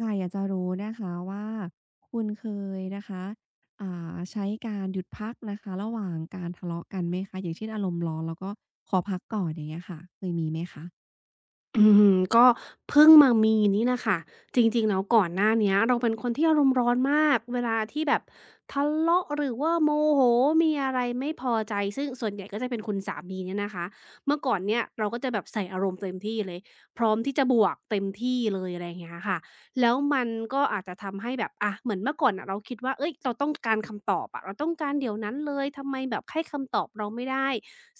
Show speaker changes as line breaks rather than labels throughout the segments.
ค่ะอยากจะรู้นะคะว่าคุณเคยนะคะใช้การหยุดพักนะคะระหว่างการทะเลาะกันไหมคะอย่างเช่นอารมณ์ร้อนแล้วก็ขอพักก่อนอย่างเงี้ยค่ะเคยมีไหมคะ
อืมก็เพิ่งมามีนี่นะคะจริงๆแล้วก่อนหน้าเนี้ยเราเป็นคนที่อารมณ์ร้อนมากเวลาที่แบบทะเลาะหรือว่าโมโหมีอะไรไม่พอใจซึ่งส่วนใหญ่ก็จะเป็นคุณสามีเนี่ยนะคะเมื่อก่อนเนี่ยเราก็จะแบบใส่อารมณ์เต็มที่เลยพร้อมที่จะบวกเต็มที่เลยอะไรอย่างเงี้ยค่ะแล้วมันก็อาจจะทำให้แบบอะเหมือนเมื่อก่อนอะเราคิดว่าเอ้ยเราต้องการคำตอบอะเราต้องการเดี๋ยวนั้นเลยทำไมแบบให้คำตอบเราไม่ได้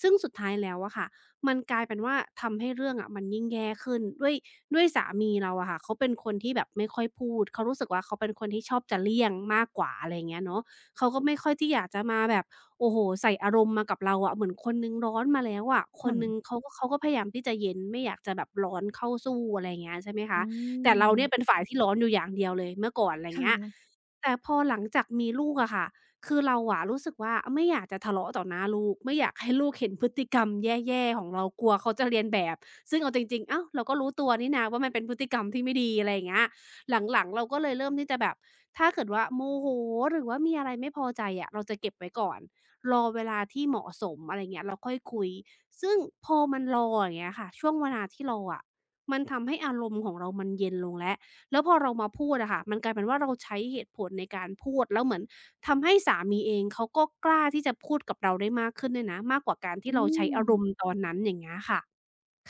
ซึ่งสุดท้ายแล้วอะค่ะ มันกลายเป็นว่าทำให้เรื่องอะมันยิ่งแย่ขึ้นด้วยด้วยสามีเราอะค่ะเขาเป็นคนที่แบบไม่ค่อยพูดเขารู้สึกว่าเขาเป็นคนที่ชอบจะเลี่ยงมากกว่าอะไรอย่างเงี้ยเนาะเขาก็ไม่ค่อยที่อยากจะมาแบบโอ้โฮใส่อารมณ์มากับเราอะเหมือนคนหนึ่งร้อนมาแล้วอะคนหนึ่ง
ค่ะ
เขาก็พยายามที่จะเย็นไม่อยากจะแบบร้อนเข้าสู้อะไรอย่างเงี้ยใช่ไหมคะ
อื
แต่เราเนี่ยเป็น
ม
ฝ่ายที่ร้อนอยู่อย่างเดียวเลยเมื่อก่อนอะไรอย่างเงี้
ค่ะ
ยแต่พอหลังจากมีลูกอะค่ะ คือเราอะรู้สึกว่าไม่อยากจะทะเลาะต่อหน้าลูกไม่อยากให้ลูกเห็นพฤติกรรมแย่ๆของเรากลัวเขาจะเลียนแบบซึ่งเอาจริงๆอ้าวเราก็รู้ตัวนี่นะว่ามันเป็นพฤติกรรมที่ไม่ดีอะไรอย่างเงี้ยหลังๆเราก็เลยเริ่มที่จะแบบถ้าเกิดว่าโมโหหรือว่ามีอะไรไม่พอใจอะเราจะเก็บไว้ก่อนรอเวลาที่เหมาะสมอะไรเงี้ยเราค่อยคุยซึ่งพอมันรออย่างเงี้ยค่ะช่วงเวลาที่รออะมันทำให้อารมณ์ของเรามันเย็นลงแล้วแล้วพอเรามาพูดอะค่ะมันกลายเป็นว่าเราใช้เหตุผลในการพูดแล้วเหมือน ทำให้สามีเองเขาก็กล้าที่จะพูดกับเราได้มากขึ้นด้วยนะมากกว่าการที่
อื
เราใช้อา
ม
รมณ์ตอนนั้นอย่างเงี้ยค่ะ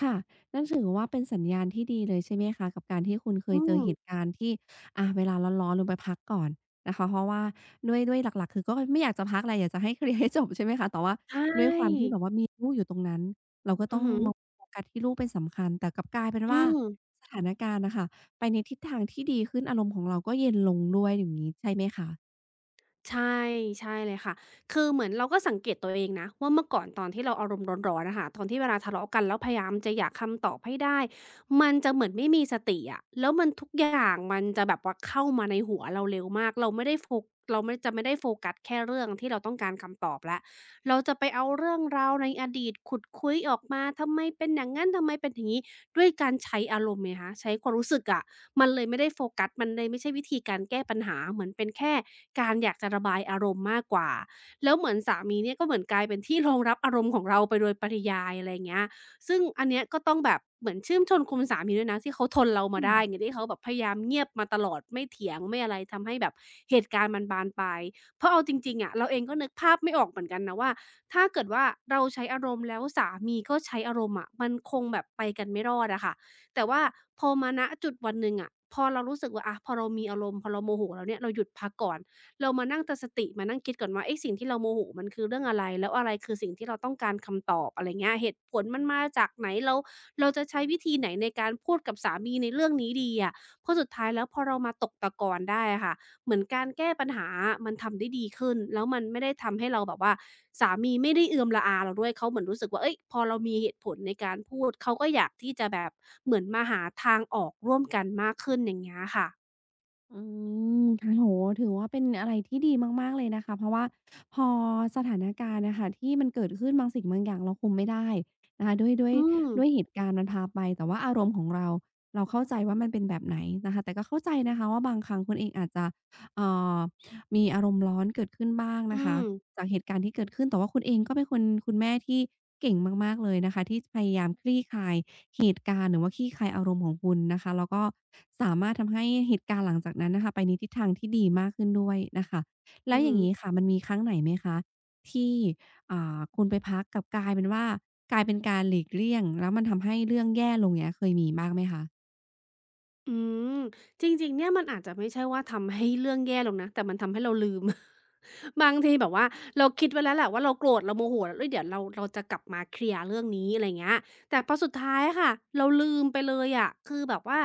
ค่ะนั่นถือว่าเป็นสัญญาณที่ดีเลยใช่ไหมคะกับการที่คุณเค
อื
ยเจอ
ม
เหตุการณ์ที่อาเวลาร้อนๆลงไปพักก่อนนะคะเพราะว่าด้วยหลักๆคือก็ไม่อยากจะพักแหละอยากจะให้เคลียร์ให้จบใช่ไหมคะแต่ว่า
ใช
ด้วยความที่
่
แบบว่ามีลูกอยู่ตรงนั้นเราก็
อื
ต้
อ
อง
ฮึ
มองโฟกัสที่ลูกเป็นสำคัญแต่กลับกลายเป็น
อื
ว่า
ม
สถานการณ์น่ะค่ะไปในทิศทางที่ดีขึ้นอารมณ์ของเราก็เย็นลงด้วยอย่างงี้ใช่ไหมคะ
ใช่ใช่เลยค่ะคือเหมือนเราก็สังเกตตัวเองนะว่าเมื่อก่อนตอนที่เราอารมณ์ร้อนๆอะค่ะตอนที่เวลาทะเลาะกันแล้วพยายามจะอยากคำตอบให้ได้มันจะเหมือนไม่มีสติอะแล้วมันทุกอย่างมันจะแบบว่าเข้ามาในหัวเราเร็วมากเราไม่ได้โฟเราไม่จะไม่ได้โฟกัสแค่เรื่องที่เราต้องการคำตอบแล้ว เราจะไปเอาเรื่องราวในอดีตขุดคุ้ยออกมาทำไมเป็นอย่างงั้นทำไมเป็นอย่างงี้ด้วยการใช้อารมณ์ไงคะใช้ความรู้สึกอะมันเลยไม่ได้โฟกัสมันเลยไม่ใช่วิธีการแก้ปัญหาเหมือนเป็นแค่การอยากจะระบายอารมณ์มากกว่าแล้วเหมือนสามีเนี่ยก็เหมือนกลายเป็นที่รองรับอารมณ์ของเราไปโดยปริยายอะไรอย่างเงี้ยซึ่งอันเนี้ยก็ต้องแบบเหมือนชื่นชมคุณสามีด้วยนะที่เขาทนเรามาได้อ
ค่ะ
ย่างที่เขาแบบพยายามเงียบมาตลอดไม่เถียงไม่อะไรทำให้แบบเหตุการณ์มันบานปลาย เพราะเอาจริงๆอะเราเองก็นึกภาพไม่ออกเหมือนกันนะว่าถ้าเกิดว่าเราใช้อารมณ์แล้วสามีก็ใช้อารมณ์อะมันคงแบบไปกันไม่รอดอะค่ะแต่ว่าพอมาณจุดวันหนึ่งอะพอเรารู้สึกว่าอะพอเรามีอารมณ์พอเราโมโหแล้วเนี่ยเราหยุดพักก่อนเรามานั่งตั้งสติมานั่งคิดก่อนว่าเอ๊ะสิ่งที่เราโมโหมันคือเรื่องอะไรแล้วอะไรคือสิ่งที่เราต้องการคำตอบอะไรเงี้ยเหตุผลมันมาจากไหนเราจะใช้วิธีไหนในการพูดกับสามีในเรื่องนี้ดีอะเพราะสุดท้ายแล้วพอเรามาตกตะกอนได้อะค่ะ เหมือนการแก้ปัญหาอะมันทำได้ดีขึ้นแล้วมันไม่ได้ทำให้เราแบบว่าสามีไม่ได้เอือมระอาเราด้วยเขาเหมือนรู้สึกว่าเฮ้ยพอเรามีเหตุผลในการพูดเขาก็อยากที่จะแบบเหมือนมาหาทางออกร่วมกันมากขึ้นอย่างเงี้ยค่ะ
อืมค่ะโหถือว่าเป็นอะไรที่ดีมากๆเลยนะคะเพราะว่าพอสถานการณ์นะคะที่มันเกิดขึ้นบางสิ่งบางอย่างเราคุมไม่ได้นะคะด้วยด้วย
อืม
ด้วยเหตุการณ์มันพาไปแต่ว่าอารมณ์ของเราเราเข้าใจว่ามันเป็นแบบไหนนะคะแต่ก็เข้าใจนะคะว่าบางครั้งคุณเองอาจจะเอ่อมีอารมณ์ร้อนเกิดขึ้นบ้างนะ
อื
คะ
ม
จากเหตุการณ์ที่เกิดขึ้นแต่ว่าคุณเองก็เป็นคนคุณแม่ที่เก่งมากๆเลยนะคะที่พยายามคลี่คลาย เหตุการณ์หรือว่าคลี่คลายอารมณ์ของคุณนะคะแล้วก็สามารถทำให้เหตุการณ์หลังจากนั้นน่ะค่ะไปในทิศทางที่ดีมากขึ้นด้วยนะคะ
อื
แล้
อ
วอ
ฮึ
ย่างงี้ค่ะมันมีครั้งไหนไหมคะที่คุณไปพักกลับกลายเป็นว่ากลายเป็นการหลีกเลี่ยงแล้วมันทำให้เรื่องแย่ลงเงี้ยเคยมีบ้างไหมคะ
อืมจริงๆเนี่ยมันอาจจะไม่ใช่ว่าทำให้เรื่องแย่ลงนะแต่มันทำให้เราลืม บางทีแบบว่าเราคิดไว้แล้วแหละว่าเราโกรธเราโมโหแล้วเฮ้ยเดี๋ยวเราจะกลับมาเคลียร์เรื่องนี้อะไรเงี้ยแต่พอสุดท้ายอะค่ะเราลืมไปเลยอะคือแบบว่า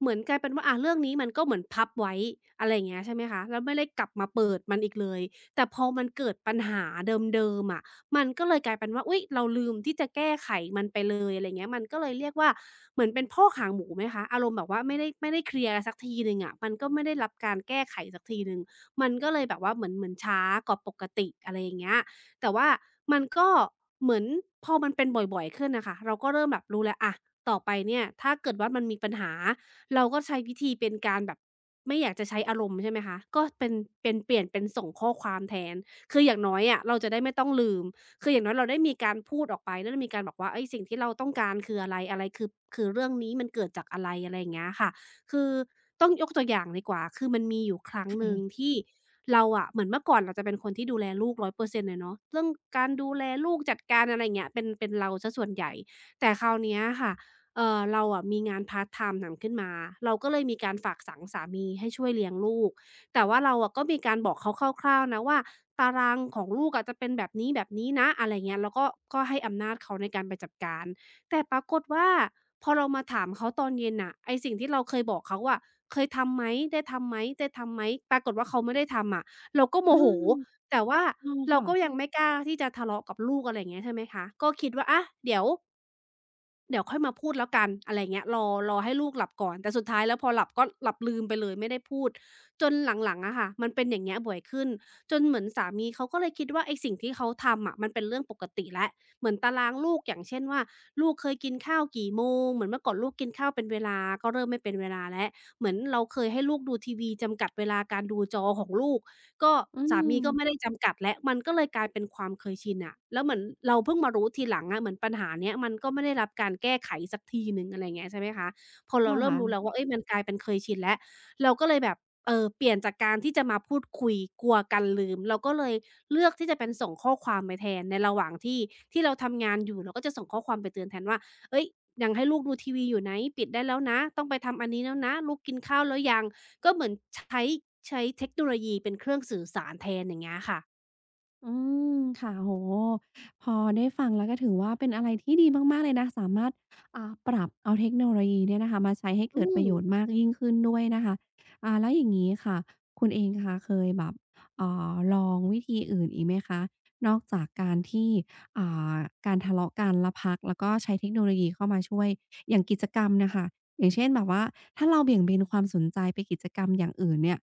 เหมือนกลายเป็นว่าอ่ะเรื่องนี้มันก็เหมือนพับไว้อะไรเงี้ยใช่ไหมคะแล้วไม่ได้กลับมาเปิดมันอีกเลยแต่พอมันเกิดปัญหาเดิมๆอะ มันก็เลยกลายเป็นว่าอุ๊ยเราลืมที่จะแก้ไขมันไปเลยอะไรเงี้ยมันก็เลยเรียกว่าเหมือนเป็นพอกหางหมูไหมคะอารมณ์แบบว่าไม่ได้เคลียร์สักทีหนึ่งอะมันก็ไม่ได้รับการแก้ไขสักทีหนึ่งมันก็เลยแบบว่าเหมือนช้ากว่าปกติอะไรอย่างเงี้ยแต่ว่ามันก็เหมือนพอมันเป็นบ่อยๆขึ้นน่ะค่ะเราก็เริ่มแบบรู้แล้วอะต่อไปเนี่ยถ้าเกิดว่ามันมีปัญหาเราก็ใช้วิธีเป็นการแบบไม่อยากจะใช้อารมณ์ใช่ไหมคะก็เป็นเปลี่ยนเป็นส่งข้อความแทนคืออย่างน้อยอะเราจะได้ไม่ต้องลืม คืออย่างน้อยเราได้มีการพูดออกไปได้มีการบอกว่าเฮ้ยสิ่งที่เราต้องการคืออะไรอะไรคือเรื่องนี้มันเกิดจากอะไรอะไรอย่างเงี้ยค่ะคือต้องยกตัวอย่างดีกว่า คือมันมีอยู่ครั้งหนึ่งที่เราอะเหมือนเมื่อก่อนเราจะเป็นคนที่ดูแลลูก100%เปอร์เซ็นต์เลยเนาะเรื่องการดูแลลูกจัดการอะไรอย่างเงี้ยเป็นเราเสียส่วนใหญ่ แต่คราวเนี้ยค่ะเราอะมีงานพาร์ตไทม์ทำขึ้นมาเราก็เลยมีการฝากฝังสามีให้ช่วยเลี้ยงลูก แต่ว่าเราอะก็มีการบอกเขาคร่าวๆนะว่าตารางของลูกอะจะเป็นแบบนี้ๆนนะอะไรเงี้ยแล้วก็ก็ให้อำนาจเขาในการไปจัดการแต่ปรากฏว่าพอเรามาถามเขาตอนเย็นน่ะไอ้สิ่งที่เราเคยบอกเขาอะเคยทำไหมได้ทำไหมปรากฏว่าเขาไม่ได้ทำอะเราก็โม
เออ
โหแต่ว่า
เออ
เรา
ค่ะ
ก็ยังไม่กล้าที่จะทะเลาะกับลูกอะไรอย่างเงี้ยใช่ไหมคะก็คิดว่าอะเดี๋ยวค่อยมาพูดแล้วกันอะไรเงี้ยรอให้ลูกหลับก่อนแต่สุดท้ายแล้วพอหลับก็หลับลืมไปเลยไม่ได้พูดจนหลังๆอะค่ะมันเป็นอย่างเงี้ยบ่อยขึ้นจนเหมือนสามีเขาก็เลยคิดว่าไอ้สิ่งที่เขาทำอะมันเป็นเรื่องปกติแล้วเหมือนตารางลูกอย่างเช่นว่าลูกเคยกินข้าวกี่โมงเหมือนเมื่อก่อนลูกกินข้าวเป็นเวลาก็เริ่มไม่เป็นเวลาแล้วเหมือนเราเคยให้ลูกดูทีวีจำกัดเวลาการดูจอของลูก ก็
อื
สามี
ม
ก็ไม่ได้จำกัดแล้วมันก็เลยกลายเป็นความเคยชินอะแล้วเหมือนเราเพิ่งมารู้ทีหลังอะเหมือนปัญหาเนี้ยมันก็ไม่ได้รับการแก้ไขสักทีหนึ่งอะไรอย่างเงี้ยใช่ไหมคะพอเราเริ่มรู้
ค่ะ
แล้วว่าเฮ้ยมันกลายเป็นเคยชินแล้วเราก็เลยแบบเปลี่ยนจากการที่จะมาพูดคุยกลัวกันลืมเราก็เลยเลือกที่จะเป็นส่งข้อความไปแทนในระหว่างที่ที่เราทำงานอยู่เราก็จะส่งข้อความไปเตือนแทนว่าเฮ้ยยังให้ลูกดูทีวีอยู่ไหมปิดได้แล้วนะต้องไปทำอันนี้แล้วนะลูกกินข้าวแล้วยัง ก็เหมือนใช้เทคโนโลยีเป็นเครื่องสื่อสารแทนอย่างเงี้ยค่ะ
อืมค่ะโอ้โฮพอได้ฟังแล้วก็ถือว่าเป็นอะไรที่ดีมากๆเลยนะสามารถปรับเอาเทคโนโลยีเนี่ยนะคะมาใช้ให้
อื
เกิดประ
ม
โยชน์มากยิ่งขึ้นด้วยนะคะแล้วอย่างงี้ค่ะคุณเองค่ะเคยแบบลองวิธีอื่นอีกไหมคะนอกจากการที่อ่าการทะเลาะกันแล้วพักแล้วก็ใช้เทคโนโลยีเข้ามาช่วยอย่างกิจกรรมน่ะค่ะอย่างเช่นแบบว่าถ้าเราเบี่ยงเบนความสนใจไปกิจกรรมอย่างอื่นเนี่ย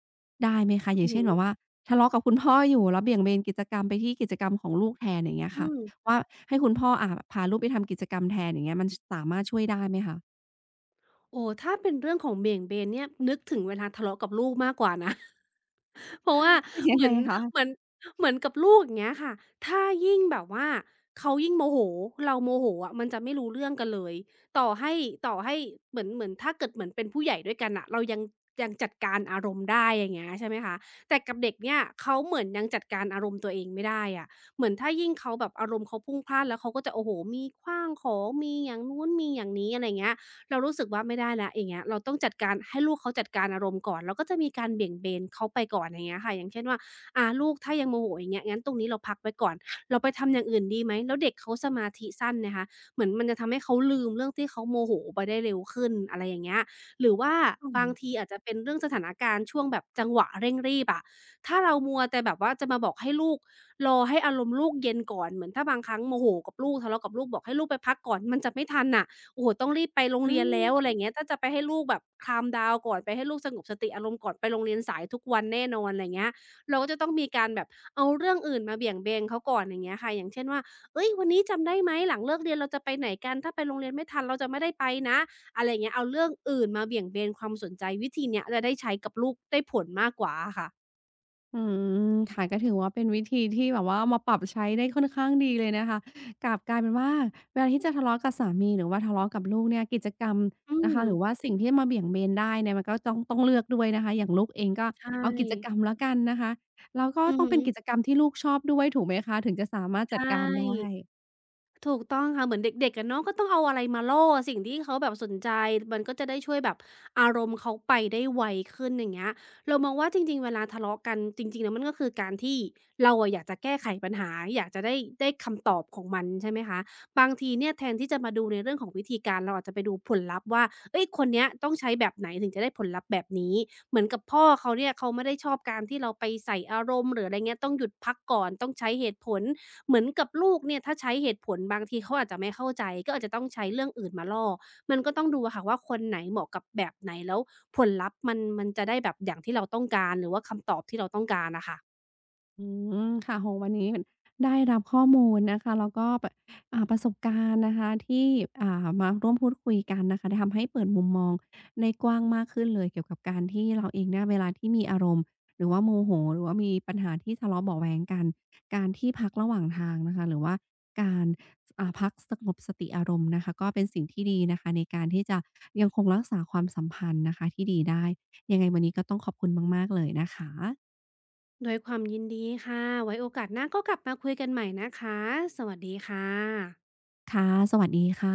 ได้ไหมคะอ
อื
ย่า
อ
ง
ฮึ
เช่นแบบว่า ทะเลาะกับคุณพ่ออยู่แล้วเบี่ยงเบนกิจกรรมไปที่กิจกรรมของลูกแทนอย่างเงี้ย
อื
ค่ะ
ม
ว่าให้คุณพ่อพาลูกไปทำกิจกรรมแทนอย่างเงี้ยมันชสามารถช่วยได้ไหมคะ
โอ้ถ้าเป็นเรื่องของเบี่ยงเบนเนี่ยนึกถึงเวลาทะเลาะกับลูกมากกว่านะ เพราะว่า
เป็นยั
เห
ง
มื
ไง
อนเห
คะ
มือนเหมือนกับลูกอย่างเงี้ยค่ะถ้ายิ่งแบบว่าเขายิ่งโมโหเราโมโหอะมันจะไม่รู้เรื่องกันเลยต่อให้ต่อให้เหมือนถ้าเกิดเหมือนเป็นผู้ใหญ่ด้วยกันอะเรายังจัดการอารมณ์ได้อย่างเงี้ยใช่ไหมคะแต่กับเด็กเนี่ยเขาเหมือนยังจัดการอารมณ์ตัวเองไม่ได้อะเหมือนถ้ายิ่งเขาแบบอารมณ์เขาพลุ่งพล่านแล้วเขาก็จะโอ้โหมีขว้างของมีอย่างนู้นมีอย่างนี้อะไรเงี้ย เรารู้สึกว่าไม่ได้แล้วอย่างเงี้ยเราต้องจัดการให้ลูกเขาจัดการอารมณ์ก่อนเราก็จะมีการเบี่ยงเบนเขาไปก่อนอย่างเงี้ยค่ะอย่างเช่นว่าลูกถ้ายังโมโหอย่างเงี้ยงั้นตรงนี้เราพักไว้ก่อนเราไปทำอย่างอื่นดีไหมแล้วเด็กเขาสมาธิสั้นนะคะเหมือนมันจะทำให้เขาลืมเรื่องที่เขาโมโหไปได้เร็วขึ้นอะไรอย่างเงี้ยหรือว่า
อื
บาง
อ
ทีอาจจะเป็นเรื่องสถานการณ์ช่วงแบบจังหวะเร่งรีบอะถ้าเรามัวแต่แบบว่าจะมาบอกให้ลูกรอให้อารมณ์ลูกเย็นก่อนเหมือนถ้าบางครั้งโมโหกับลูกทะเลาะกับลูกบอกให้ลูกไปพักก่อนมันจะไม่ทันน่ะ โอ้โฮต้องรีบไปโรง
อื
เรียน
ม
แล้วอะไรอย่างเงี้ยถ้าจะไปให้ลูกแบบ calm down ก่อนไปให้ลูกสงบสติอารมณ์ก่อนไปโรงเรียนสายทุกวันแน่นอนอะไรอย่างเงี้ยเราก็จะต้องมีการแบบเอาเรื่องอื่นมาเบี่ยงเบนเขาก่อนอย่างเงี้ยค่ะอย่างเช่นว่าเฮ้ยวันนี้จำได้ไหมหลังเลิกเรียนเราจะไปไหนกันถ้าไปโรงเรียนไม่ทันเราจะไม่ได้ไปนะอะไรอย่างเงี้ยเอาเรื่องอื่นมาเบี่ยงเบนความสนใจวิธีเนี้ยจะได้ใช้กับลูกได้ผลมากกว่าอะค่ะ
อืมค่ะก็ถือว่าเป็นวิธีที่แบบว่ามาปรับใช้ได้ค่อนข้างดีเลยนะคะกลับกลายเป็นว่าเวลาที่จะทะเลาะกับสามีหรือว่าทะเลาะกับลูกเนี่ยกิจกรรม
อื
นะ
ม
คะหรือว่าสิ่งที่มาเบี่ยงเบนได้เนี่ยมันก็ต้องเลือกด้วยนะคะอย่างลูกเองก็
ใช่
เอากิจกรรมแล้วกันนะคะแล้วก็
อือ
ต้อง
ฮึ
เป็นกิจกรรมที่ลูกชอบด้วยถูกไหมคะถึงจะสามารถจั
ใช่
ดการได้
ถูกต้องค่ะเหมือนเด็กๆอะเนาะก็ต้องเอาอะไรมาล่อสิ่งที่เขาแบบสนใจมันก็จะได้ช่วยแบบอารมณ์เขาไปได้ไวขึ้นอย่างเงี้ยเรามองว่าจริงๆเวลาทะเลาะกันจริงๆแล้วมันก็คือการที่เราอะอยากจะแก้ไขปัญหาอยากจะได้คำตอบของมันใช่ไหมคะบางทีเนี่ยแทนที่จะมาดูในเรื่องของวิธีการเราอาจจะไปดูผลลัพธ์ว่าเฮ้ยคนเนี้ยต้องใช้แบบไหนถึงจะได้ผลลัพธ์แบบนี้เหมือนกับพ่อเขาเนี่ยเขาไม่ได้ชอบการที่เราไปใส่อารมณ์หรืออะไรเงี้ยต้องหยุดพักก่อนต้องใช้เหตุผล เหมือนกับลูกเนี่ยถ้าใช้เหตุผลบางทีเขาอาจจะไม่เข้าใจก็อาจจะต้องใช้เรื่องอื่นมาล่อมันก็ต้องดูอะค่ะว่าคนไหนเหมาะกับแบบไหนแล้วผลลัพธ์มันจะได้แบบอย่างที่เราต้องการหรือว่าคำตอบที่เราต้องการอะค่ะ
อืมค่ะโอ้โฮวันนี้ได้รับข้อมูลนะคะแล้วก็ปประสบการณ์นะคะที่มาร่วมพูดคุยกันนะคะทำให้เปิดมุมมองได้กว้างมากขึ้นเลยเกี่ยวกับการที่เราเองเนี่ยเวลาที่มีอารมณ์หรือว่าโมโหหรือว่ามีปัญหาที่ทะเลาะเบาะแว้งกันการที่พักระหว่างทางนะคะหรือว่าการสพักสงบสติอารมณ์นะคะก็เป็นสิ่งที่ดีนะคะในการที่จะยังคงรักษาความสัมพันธ์นะคะที่ดีได้ยังไงวันนี้ก็ต้องขอบคุณมากๆเลยนะคะ
ด้วยความยินดีค่ะไว้โอกาสหน้าก็กลับมาคุยกันใหม่นะคะสวัสดีค่ะ
ค่ะสวัสดีค่ะ